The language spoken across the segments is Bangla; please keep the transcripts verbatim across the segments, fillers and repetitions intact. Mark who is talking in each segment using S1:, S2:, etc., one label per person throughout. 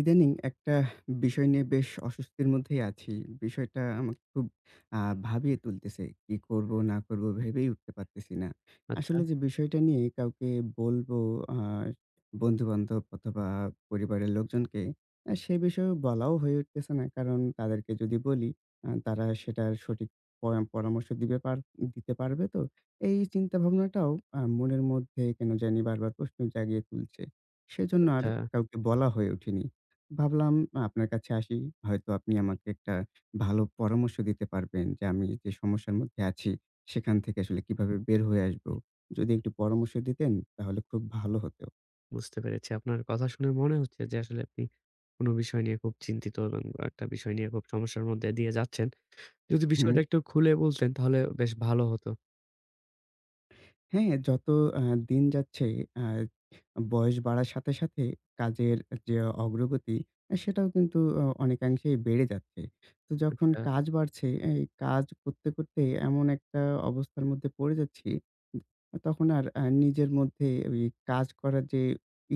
S1: ইদানিং একটা বিষয় নিয়ে বেশ অস্বস্তির মধ্যেই আছি। বিষয়টা আমাকে খুব আ ভাবিয়ে তুলতেছে। কি করব না করব ভেবেই উঠতে পারতেছি না।
S2: আচ্ছা,
S1: আসলে যে বিষয়টা নিয়ে কাউকে বলব, আ বন্ধু-বান্ধব অথবা পরিবারের লোকজনকে, আ সে বিষয়েও বলাও হয়ে উঠতেছে না। কারণ তাদেরকে যদি বলি আ তারা সেটার সঠিক পরা পরামর্শ দিবে পার দিতে পারবে তো? এই চিন্তা ভাবনাটাও আ মনের মধ্যে কেন জানি বারবার প্রশ্ন জাগিয়ে তুলছে। সেজন্য আর
S2: আচ্ছা।
S1: কাউকে বলা হয়ে ওঠেনি। ভাবলাম আপনার কাছে আসি। হয়তো আপনি আমাকে একটা ভালো পরামর্শ দিতে পারবেন যে আমি যে সমস্যার মধ্যে আছি, সেখান থেকে আসলে কিভাবে বের হয়ে আসবো? যদি একটু পরামর্শ দিতেন তাহলে খুব ভালো হতো।
S2: বুঝতে পেরেছি। আপনার কথা শুনে মনে হচ্ছে যে আসলে আপনি কোন বিষয় নিয়ে খুব চিন্তিত এবং একটা বিষয় নিয়ে খুব সমস্যার মধ্যে দিয়ে যাচ্ছেন। যদি বিষয়টা
S1: হু।
S2: একটু খুলে বলতেন তাহলে বেশ ভালো হতো।
S1: হ্যাঁ, যত আ দিন যাচ্ছে, আ বয়স বাড়ার সাথে, সাথে কাজের যে অগ্রগতি, আ সেটাও কিন্তু অ অনেকাংশেই বেড়ে যাচ্ছে। তো যখন
S2: আচ্ছা,
S1: কাজ বাড়ছে, এই কাজ করতে, করতে এমন একটা অবস্থার মধ্যে পড়ে যাচ্ছি, তখন আর আ নিজের মধ্যে ওই কাজ করার যে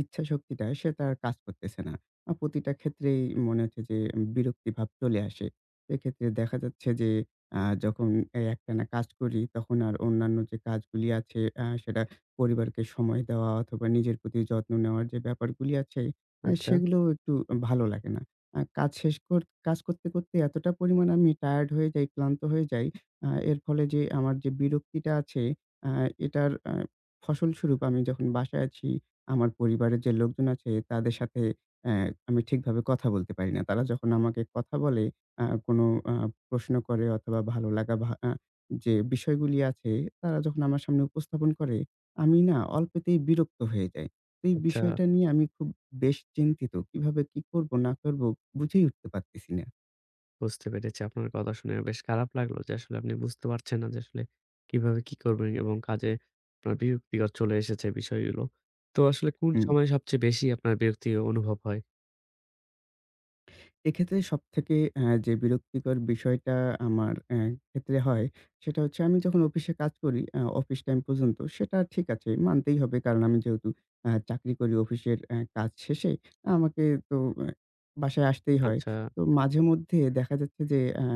S1: ইচ্ছা শক্তিটা সেটা আর কাজ করতেছে না। আ প্রতিটা ক্ষেত্রেই মনে হচ্ছে যে বিরক্তিভাব চলে আসে। এক্ষেত্রে দেখা যাচ্ছে যে আ যখন এই একটানা কাজ করি তখন আর অন্যান্য যে কাজগুলি আছে, আ সেটা পরিবারকে সময় দেওয়া অথবা নিজের প্রতি যত্ন নেওয়ার যে ব্যাপারগুলি আছে, আ
S2: আচ্ছা,
S1: সেগুলোও একটু ভালো লাগে না। আ কাজ শেষ কর কাজ করতে, করতে এতটা পরিমাণ আমি টায়ার্ড হয়ে যাই, ক্লান্ত হয়ে যাই। আ এর ফলে যে আমার যে বিরক্তিটা আছে, আ এটার আ ফসলস্বরূপ আমি যখন বাসায় আছি আমার পরিবারের যে লোকজন আছে তাদের সাথে, অ্যা আমি ঠিকভাবে কথা বলতে পারি না। তারা যখন আমাকে কথা বলে, আ কোনো আ প্রশ্ন করে অথবা ভালো লাগা ভা আ যে বিষয়গুলি আছে তারা যখন আমার সামনে উপস্থাপন করে, আমি না অল্পতেই বিরক্ত হয়ে যাই। তো এই
S2: আচ্ছা।
S1: বিষয়টা নিয়ে আমি খুব বেশ চিন্তিত। কিভাবে কি করব না করব বুঝেই উঠতে পারতেছি না।
S2: বুঝতে পেরেছি। আপনার কথা শুনে বেশ খারাপ লাগলো যে আসলে আপনি বুঝতে পারছেন না যে আসলে কিভাবে কি করবেন এবং কাজে আপনার বিরক্তিকর চলে এসেছে বিষয়গুলো। তো আসলে কোন
S1: হুম।
S2: সময় সবচেয়ে বেশি আপনার বিরক্তি অনুভব হয়?
S1: এক্ষেত্রে সবথেকে অ্যা যে বিরক্তিকর বিষয়টা আমার অ্যা ক্ষেত্রে হয়, সেটা হচ্ছে আমি যখন অফিসে কাজ করি, আ অফিস টাইম পর্যন্ত সেটা ঠিক আছে, মানতেই হবে। কারণ আমি যেহেতু আ চাকরি করি অফিসের অ্যা কাজ শেষে, আমাকে তো অ্যা বাসায় আসতেই হয়।
S2: আচ্ছা,
S1: তো মাঝেমধ্যে দেখা যাচ্ছে যে আ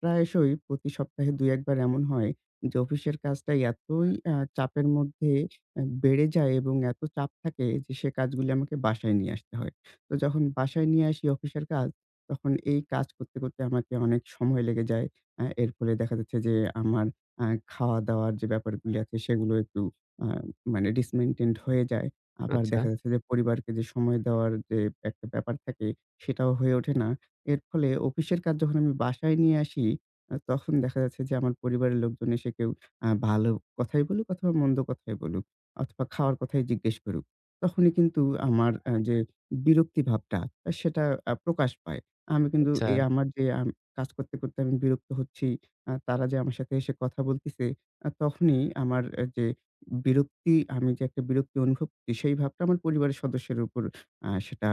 S1: প্রায়শই প্রতি সপ্তাহে দুই এক বার এমন হয় যে অফিসের কাজটা এতই আ চাপের মধ্যে অ্যা বেড়ে যায় এবং এত চাপ থাকে যে সে কাজগুলি আমাকে বাসায় নিয়ে আসতে হয়। তো যখন বাসায় নিয়ে আসি অফিসের কাজ, তখন এই কাজ করতে, করতে আমাকে অনেক সময় লেগে যায়। আ এর ফলে দেখা যাচ্ছে যে আমার আ খাওয়া-দাওয়ার যে ব্যাপারগুলি আছে সেগুলো একটু আ মানে ডিসমেইনটেইনড হয়ে যায়। আবার
S2: আচ্ছা,
S1: দেখা যাচ্ছে যে পরিবারকে যে সময় দেওয়ার যে একটা ব্যাপার থাকে সেটাও হয়ে ওঠে না। এর ফলে অফিসের কাজ যখন আমি বাসায় নিয়ে আসি, আ তখন দেখা যাচ্ছে যে আমার পরিবারের লোকজন এসে কেউ আ ভালো কথাই বলুক অথবা মন্দ কথাই বলুক অথবা খাওয়ার কথাই জিজ্ঞেস করুক। তখনই কিন্তু আমার আ যে বিরক্তি ভাবটা, আ সেটা আ প্রকাশ পায়। আমি কিন্তু
S2: আচ্ছা,
S1: এই আমার যে আম কাজ করতে, করতে আমি বিরক্ত হচ্ছি, আ তারা যে আমার সাথে এসে কথা বলতেছে, আ তখনই আমার অ্যা যে বিরক্তি, আমি যে একটা বিরক্তি অনুভব করছি, সেই ভাবটা আমার পরিবারের সদস্যের উপর আ সেটা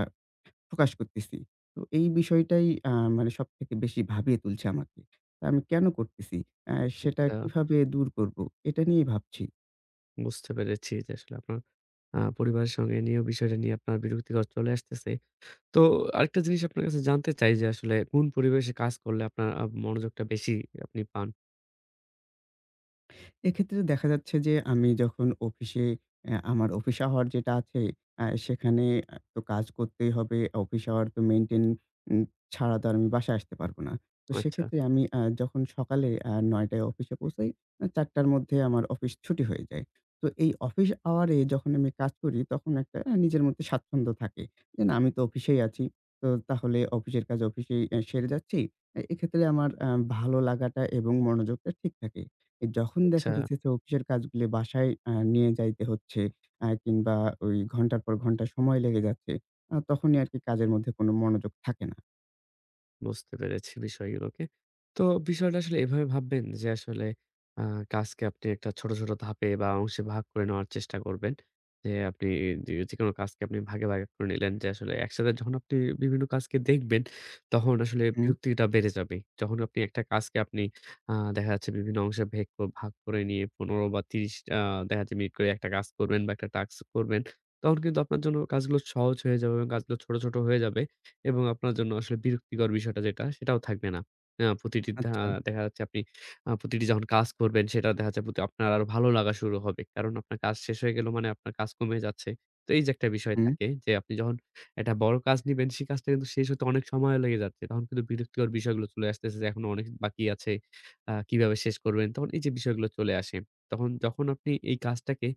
S1: প্রকাশ করতেছি। তো এই বিষয়টাই আ মানে সবথেকে বেশি ভাবিয়ে তুলছে আমাকে। তা আমি কেন করতেছি? অ্যা সেটা
S2: আচ্ছা।
S1: কিভাবে দূর করব? এটা নিয়েই ভাবছি।
S2: বুঝতে পেরেছি যে আসলে আপনার আ পরিবারের সঙ্গে নিয়েও বিষয়টা নিয়ে আপনার বিরক্তিকর চলে আসতেছে। তো আরেকটা জিনিস আপনার কাছে জানতে চাই যে আসলে কোন পরিবেশে কাজ করলে আপনার আ মনোযোগটা বেশি আপনি পান?
S1: এক্ষেত্রে দেখা যাচ্ছে যে আমি যখন অফিসে অ্যা আমার অফিস আওয়ার যেটা আছে, অ্যা সেখানে আ তো কাজ করতেই হবে। অফিস আওয়ার তো মেইনটেইন উম ছাড়া তো আর আমি বাসায় আসতে পারব না। তো
S2: আচ্ছা,
S1: সেক্ষেত্রে আমি আ যখন সকালে আ নয়টায় অফিসে পৌঁছাই, আ চারটার মধ্যে আমার অফিস ছুটি হয়ে যায়। তো এই অফিস আওয়ারে যখন আমি কাজ করি তখন একটা আ নিজের মধ্যে স্বাচ্ছন্দ্য থাকে। যে না, আমি তো অফিসেই আছি। তো তাহলে অফিসের কাজ অফিসেই অ্যা সেরে যাচ্ছি। এ এক্ষেত্রে আমার আ ভালো লাগাটা এবং মনোযোগটা ঠিক থাকে। এ যখন
S2: আচ্ছা।
S1: দেখা যাচ্ছে যে অফিসের কাজগুলি বাসায় আ নিয়ে যাইতে হচ্ছে আ কিংবা ওই ঘন্টার পর ঘন্টা সময় লেগে যাচ্ছে, আ তখনই আরকি কাজের মধ্যে কোনো মনোযোগ থাকে না।
S2: বুঝতে পেরেছি বিষয়গুলোকে। তো বিষয়টা আসলে এভাবে ভাববেন যে আসলে আ কাজকে আপনি একটা ছোট, ছোট ধাপে বা অংশে ভাগ করে নেওয়ার চেষ্টা করবেন। যে আপনি যে যেকোনো কাজকে আপনি ভাগে, ভাগে করে নিলেন যে আসলে একসাথে যখন আপনি বিভিন্ন কাজকে দেখবেন, তখন আসলে
S1: হুম,
S2: বিরক্তিটা বেড়ে যাবে। যখন আপনি একটা কাজকে আপনি আ দেখা যাচ্ছে বিভিন্ন অংশে ভেগ ক- ভাগ করে নিয়ে পনেরো বা ত্রিশ আ দেখা যাচ্ছে মিনিট করে একটা কাজ করবেন বা একটা টাস্ক করবেন। তখন কিন্তু আপনার জন্য কাজগুলো সহজ হয়ে যাবে এবং কাজগুলো ছোট, ছোট হয়ে যাবে। এবং আপনার জন্য আসলে বিরক্তিকর বিষয়টা যেটা সেটাও থাকবে না। আ প্রতিটি দা
S1: আচ্ছা।
S2: দেখা যাচ্ছে আপনি আ প্রতিটি যখন কাজ করবেন সেটা দেখা যাচ্ছে প্রতি আপনার আরো ভালো লাগা শুরু হবে। কারণ আপনার কাজ শেষ হয়ে গেল মানে আপনার কাজ কমে যাচ্ছে। তো এই যে একটা বিষয়
S1: হুম,
S2: থাকে যে আপনি যখন একটা বড় কাজ নিবেন সেই কাজটা কিন্তু শেষ হতে অনেক সময় লেগে যাচ্ছে। তখন কিন্তু বিরক্তিকর বিষয়গুলো চলে আসতেছে যে এখনো অনেক বাকি আছে। আ কিভাবে শেষ করবেন? তখন এই যে বিষয়গুলো চলে আসে। তখন যখন আপনি এই কাজটাকে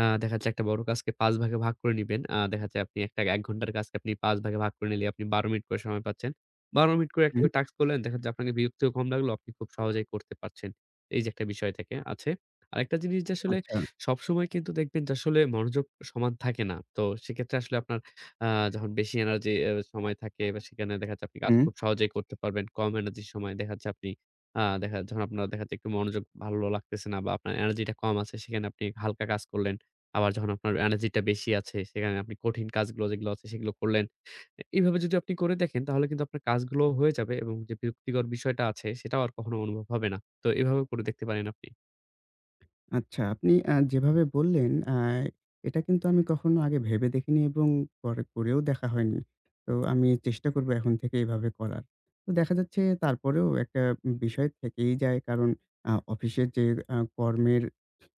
S2: আ দেখা যাচ্ছে একটা বড় কাজকে পাঁচ ভাগে ভাগ করে নিবেন। আ দেখা যাচ্ছে আপনি একটা এক ঘন্টার কাজকে আপনি পাঁচ ভাগে ভাগ করে নিলে আপনি বারো মিনিট করে সময় পাচ্ছেন। বারো মিনিট করে একটা
S1: হুম,
S2: করে টাস্ক করলেন। দেখা যাচ্ছে আপনাকে বিরক্তিও কম লাগলো। আপনি খুব সহজেই করতে পারছেন। এই যে একটা বিষয় থেকে আছে। আরেকটা জিনিস যে আসলে
S1: আচ্ছা।
S2: সবসময় কিন্তু দেখবেন যে আসলে মনোযোগ সমান থাকে না। তো সেক্ষেত্রে আসলে আপনার আ যখন বেশি এনার্জি এ সময় থাকে বা সেখানে দেখা যাচ্ছে আপনি কাজ
S1: হুম।
S2: খুব সহজেই করতে পারবেন। কম এনার্জির সময় দেখা যাচ্ছে আপনি আ দেখা যখন আপনার দেখা যাচ্ছে একটু মনোযোগ ভালো লাগতেছে না বা আপনার এনার্জিটা কম আছে সেখানে আপনি হালকা কাজ করলেন। আবার যখন আপনার এনার্জিটা বেশি আছে, সেখানে আপনি কঠিন কাজগুলো যেগুলো আছে সেগুলো করলেন। এ এইভাবে যদি আপনি করে দেখেন তাহলে কিন্তু আপনার কাজগুলোও হয়ে যাবে এবং যে বিরক্তিকর বিষয়টা আছে সেটাও আর কখনো অনুভব হবে না। তো এভাবেও করে দেখতে পারেন আপনি।
S1: আচ্ছা, আপনি আ যেভাবে বললেন, আ এটা কিন্তু আমি কখনো আগে ভেবে দেখিনি এবং পরে করেও দেখা হয়নি। তো আমি চেষ্টা করব এখন থেকে এভাবে করার। তো দেখা যাচ্ছে তারপরেও একটা বিষয় থেকেই যায় কারণ আ অফিসের যে আ কর্মের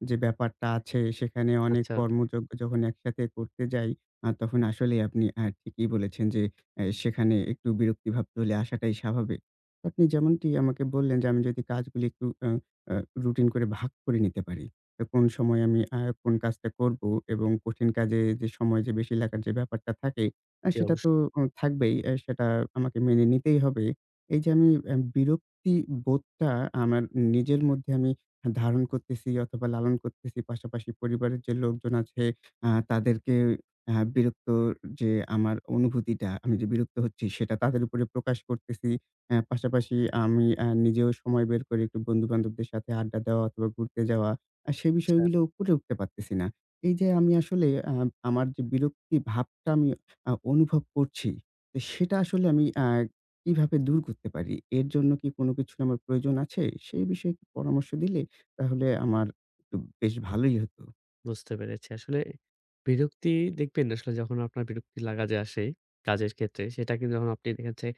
S1: যে ব্যাপারটা আছে সেখানে অনেক
S2: আচ্ছা,
S1: কর্মযজ্ঞ যখন একসাথে করতে যাই, আ তখন আসলেই আপনি আ ঠিকই বলেছেন যে অ্যা সেখানে একটু বিরক্তিভাব চলে আসাটাই স্বাভাবিক। আপনি যেমনটি আমাকে বললেন যে আমি যদি কাজগুলি একটু আ আ রুটিন করে ভাগ করে নিতে পারি। তো কোন সময় আমি আ কোন কাজটা করব এবং কঠিন কাজে যে সময় যে বেশি লাগার যে ব্যাপারটা থাকে, আ
S2: জি
S1: সেটা তো
S2: অবশ্যই।
S1: উ থাকবেই। অ্যা সেটা আমাকে মেনে নিতেই হবে। এই যে আমি অ্যা বিরক্তি বোধটা আমার নিজের মধ্যে আমি ধারণ করতেছি অথবা লালন করতেছি। পাশাপাশি পরিবারের যে লোকজন আছে আ তাদেরকে আ বিরক্ত যে আমার অনুভূতিটা, আমি যে বিরক্ত হচ্ছি সেটা তাদের উপরে প্রকাশ করতেছি। অ্যা পাশাপাশি আমি অ্যা নিজেও সময় বের করে একটু বন্ধু-বান্ধবদের সাথে আড্ডা দেওয়া অথবা ঘুরতে যাওয়া, আ সেই বিষয়গুলো করে উঠতে পারতেছি না। এই যে আমি আসলে আ আমার যে বিরক্তি ভাবটা আমি আ অনুভব করছি, তো সেটা আসলে আমি আ কিভাবে দূর করতে পারি? এর জন্য কি কোনো কিছুর আমার প্রয়োজন আছে? সেই বিষয়ে একটু পরামর্শ দিলে তাহলে আমার একটু বেশ ভালোই হতো।
S2: বুঝতে পেরেছি। আসলে বিরক্তি দেখবেন আসলে যখন আপনার বিরক্তি লাগা যে আসে কাজের ক্ষেত্রে, সেটা কিন্তু যখন আপনি দেখা যাচ্ছে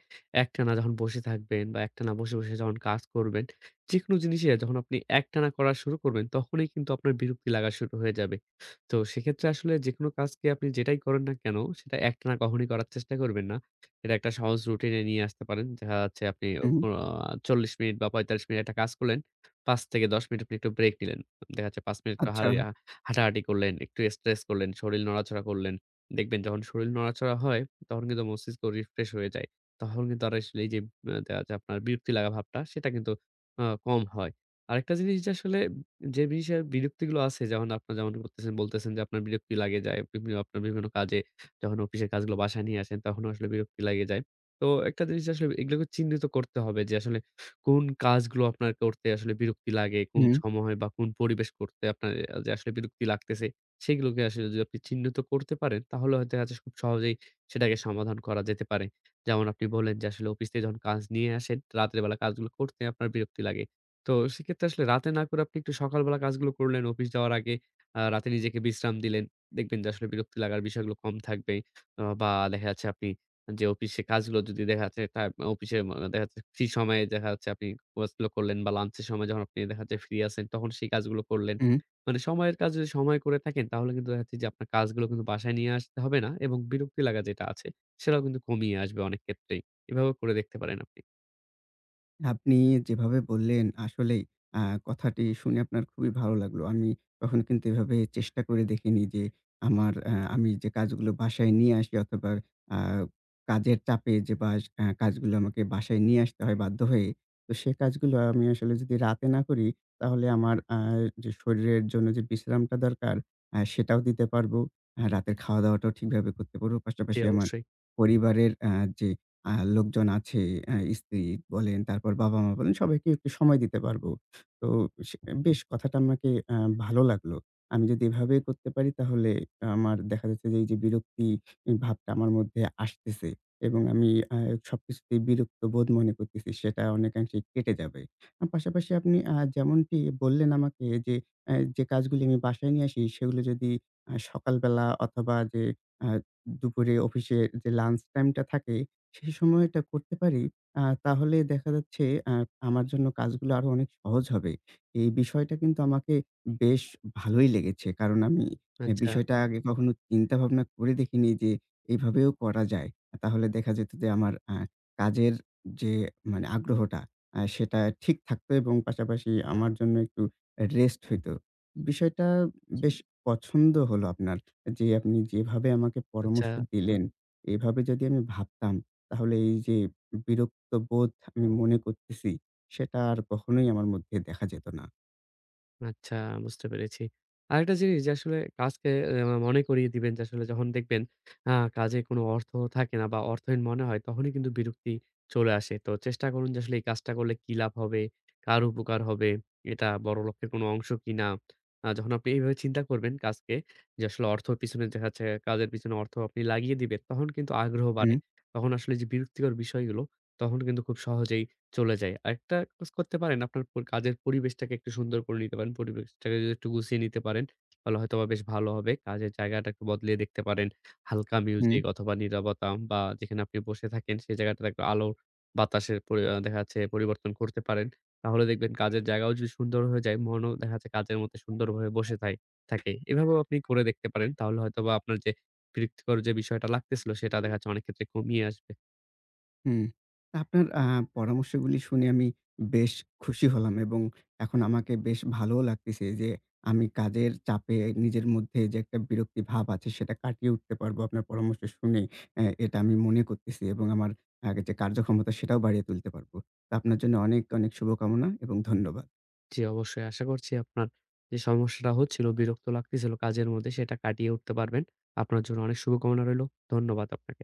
S2: একটানা যখন বসে থাকবেন বা একটানা বসে, বসে যখন কাজ করবেন, যেকোনো জিনিসই যখন আপনি একটানা করা শুরু করবেন, তখনই কিন্তু আপনার বিরক্তি লাগা শুরু হয়ে যাবে। তো সেক্ষেত্রে আসলে যেকোনো কাজকে আপনি যেটাই করেন না কেন, সেটা একটানা কখনোই করার চেষ্টা করবেন না। এটা একটা সহজ রুটিনে নিয়ে আসতে পারেন। দেখা যাচ্ছে আপনি অ
S1: হুম,
S2: চল্লিশ মিনিট বা পঁয়তাল্লিশ মিনিট একটা কাজ করলেন। পাঁচ থেকে দশ মিনিট আপনি একটু ব্রেক নিলেন। দেখা যাচ্ছে পাঁচ মিনিট
S1: আচ্ছা।
S2: হাঁটাহাঁটি করলেন, একটু স্ট্রেচ করলেন, শরীর নড়াচড়া করলেন। দেখবেন যখন শরীর নড়াচড়া হয়, তখন কিন্তু মস্তিষ্ক রিফ্রেশ হয়ে যায়। তখন কিন্তু আর আসলে এই যে আ দেখা যাচ্ছে আপনার বিরক্তি লাগা ভাবটা সেটা কিন্তু আ কম হয়। আরেকটা জিনিস যে আসলে যে বিষয়ে বিরক্তিগুলো আছে যেমন আপনার যেমন করতেছেন বলতেছেন যে আপনার বিরক্তি লাগে যায়। বিভিন্ন আপনার বিভিন্ন কাজে যখন অফিসের কাজগুলো বাসায় নিয়ে আসেন তখনও আসলে বিরক্তি লেগে যায়। তো একটা জিনিস আসলে এগুলোকে চিহ্নিত করতে হবে যে আসলে কোন কাজগুলো আপনার করতে আসলে বিরক্তি লাগে? কোন
S1: হুম,
S2: সময় বা কোন পরিবেশ করতে আপনার আ যে আসলে বিরক্তি লাগতেছে, সেগুলোকে আসলে যদি আপনি চিহ্নিত করতে পারেন, তাহলে হয়তো দেখা যাচ্ছে খুব সহজেই সেটাকে সমাধান করা যেতে পারে। যেমন আপনি বললেন যে আসলে অফিস থেকে যখন কাজ নিয়ে আসেন, রাতের বেলা কাজগুলো করতে আপনার বিরক্তি লাগে। তো সেক্ষেত্রে আসলে রাতে না করে আপনি একটু সকালবেলা কাজগুলো করলেন, অফিস যাওয়ার আগে আ রাতে নিজেকে বিশ্রাম দিলেন। দেখবেন যে আসলে বিরক্তি লাগার বিষয়গুলো কম থাকবে। আ বা দেখা যাচ্ছে আপনি যে অফিসে কাজগুলো যদি দেখা যাচ্ছে টা অফিসে মা দেখা যাচ্ছে ফ্রি সময়ে দেখা যাচ্ছে আপনি কাজগুলো করলেন বা লাঞ্চের সময় যখন আপনি দেখা যাচ্ছে ফ্রি আছেন তখন সেই কাজগুলো করলেন।
S1: হুম।
S2: মানে সময়ের কাজ যদি সময় করে থাকেন তাহলে কিন্তু দেখা যাচ্ছে যে আপনার কাজগুলো কিন্তু বাসায় নিয়ে আসতে হবে না এবং বিরক্তি লাগা যেটা আছে সেটাও কিন্তু কমিয়ে আসবে অনেক ক্ষেত্রেই। এভাবেও করে দেখতে পারেন আপনি।
S1: আপনি যেভাবে বললেন আসলেই, আ কথাটি শুনে আপনার খুবই ভালো লাগলো। আমি কখনো কিন্তু এভাবে চেষ্টা করে দেখিনি যে আমার আ আমি যে কাজগুলো বাসায় নিয়ে আসি অথবা আ কাজের চাপে যে বাস আ কাজগুলো আমাকে বাসায় নিয়ে আসতে হয় বাধ্য হয়ে। তো সে কাজগুলো আমি আসলে যদি রাতে না করি তাহলে আমার আ যে শরীরের জন্য যে বিশ্রামটা দরকার, আ সেটাও দিতে পারবো। আ রাতের খাওয়া-দাওয়াটাও ঠিকভাবে করতে পারবো।
S2: জি,
S1: পাশাপাশি আমার
S2: অবশ্যই।
S1: পরিবারের আ যে আ লোকজন আছে, অ্যা স্ত্রী বলেন, তারপর বাবা-মা বলেন, সবাইকে একটু সময় দিতে পারবো। তো সে বেশ কথাটা আমাকে আ ভালো লাগলো। আমি যদি এভাবে করতে পারি তাহলে আমার দেখা যাচ্ছে যে, এই যে বিরক্তি ভাবটা আমার মধ্যে আসতেছে এবং আমি আ সবকিছুতেই বিরক্ত বোধ মনে করতেছি, সেটা অনেকাংশেই কেটে যাবে। আ পাশাপাশি আপনি আ যেমনটি বললেন আমাকে যে, অ্যা যে কাজগুলি আমি বাসায় নিয়ে আসি, সেগুলো যদি আ সকালবেলা অথবা যে আ দুপুরে অফিসে যে লাঞ্চ টাইমটা থাকে সেই সময়টা করতে পারি, আ তাহলে দেখা যাচ্ছে আ আমার জন্য কাজগুলো আরো অনেক সহজ হবে। এই বিষয়টা কিন্তু আমাকে বেশ ভালোই লেগেছে। কারণ আমি এ
S2: আচ্ছা,
S1: বিষয়টা আগে কখনো চিন্তা ভাবনা করে দেখিনি যে এভাবেও করা যায়। তাহলে দেখা যেত যে আমার আ কাজের যে মানে আগ্রহটা, আ সেটা ঠিক থাকতো এবং পাশাপাশি আমার জন্য একটু রেস্ট হইতো। বিষয়টা বেশ পছন্দ হলো আপনার। যে আপনি যেভাবে আমাকে
S2: আচ্ছা।
S1: পরামর্শ দিলেন, এভাবে যদি আমি ভাবতাম তাহলে এই যে বিরক্তবোধ আমি মনে করতেছি, সেটা আর কখনোই আমার মধ্যে দেখা যেত না।
S2: আচ্ছা বুঝতে পেরেছি। আরেকটা জিনিস যে আসলে কাজকে আ মনে করিয়ে দিবেন যে আসলে যখন দেখবেন আ কাজে কোনো অর্থ থাকে না বা অর্থহীন মনে হয় তখনই কিন্তু বিরক্তি চলে আসে। তো চেষ্টা করুন যে আসলে এই কাজটা করলে কি লাভ হবে? কার উপকার হবে? এটা বড় লক্ষ্যের কোনো অংশ কিনা? আ যখন আপনি এইভাবে চিন্তা করবেন কাজকে যে আসলে অর্থর পিছনে দেখা যাচ্ছে কাজের পিছনে অর্থ আপনি লাগিয়ে দিবেন তখন কিন্তু আগ্রহ বাড়ে।
S1: হুম,
S2: তখন আসলে যে বিরক্তিকর বিষয়গুলো তখন কিন্তু খুব সহজেই চলে যাই। আরেকটা কাজ করতে পারেন, আপনার প কাজের পরিবেশটাকে একটু সুন্দর করে নিতে পারেন। পরিবেশটাকে যদি একটু গুছিয়ে নিতে পারেন, তাহলে হয়তোবা বেশ ভালো হবে। কাজের জায়গাটা একটু বদলিয়ে দেখতে পারেন। হালকা
S1: হুম,
S2: মিউজিক অথবা নীরবতা বা যেখানে আপনি বসে থাকেন, সেই জায়গাটাতে একটু আলো বাতাসের পরি আ দেখা যাচ্ছে পরিবর্তন করতে পারেন। তাহলে দেখবেন কাজের জায়গাও যদি সুন্দর হয়ে যায়, মনও দেখা যাচ্ছে কাজের মধ্যে সুন্দরভাবে বসে থাই থাকে। এভাবেও আপনি করে দেখতে পারেন। তাহলে হয়তোবা আপনার যে বিরক্তিকর যে বিষয়টা লাগতেছিল, সেটা দেখা যাচ্ছে অনেক ক্ষেত্রে কমিয়ে আসবে।
S1: হুম। আপনার আ পরামর্শগুলি শুনে আমি বেশ খুশি হলাম এবং এখন আমাকে বেশ ভালোও লাগতেছে যে আমি কাজের চাপে নিজের মধ্যে যে একটা বিরক্তি ভাব আছে সেটা কাটিয়ে উঠতে পারবো আপনার পরামর্শ শুনে। অ্যা এটা আমি মনে করতেছি এবং আমার আ যে কার্যক্ষমতা সেটাও বাড়িয়ে তুলতে পারবো। তো আপনার জন্য অনেক, অনেক শুভকামনা এবং ধন্যবাদ।
S2: জি, অবশ্যই আশা করছি আপনার যে সমস্যাটা হচ্ছিল, বিরক্ত লাগতেছিল কাজের মধ্যে সেটা কাটিয়ে উঠতে পারবেন। আপনার জন্য অনেক শুভকামনা রইলো। ধন্যবাদ আপনাকে।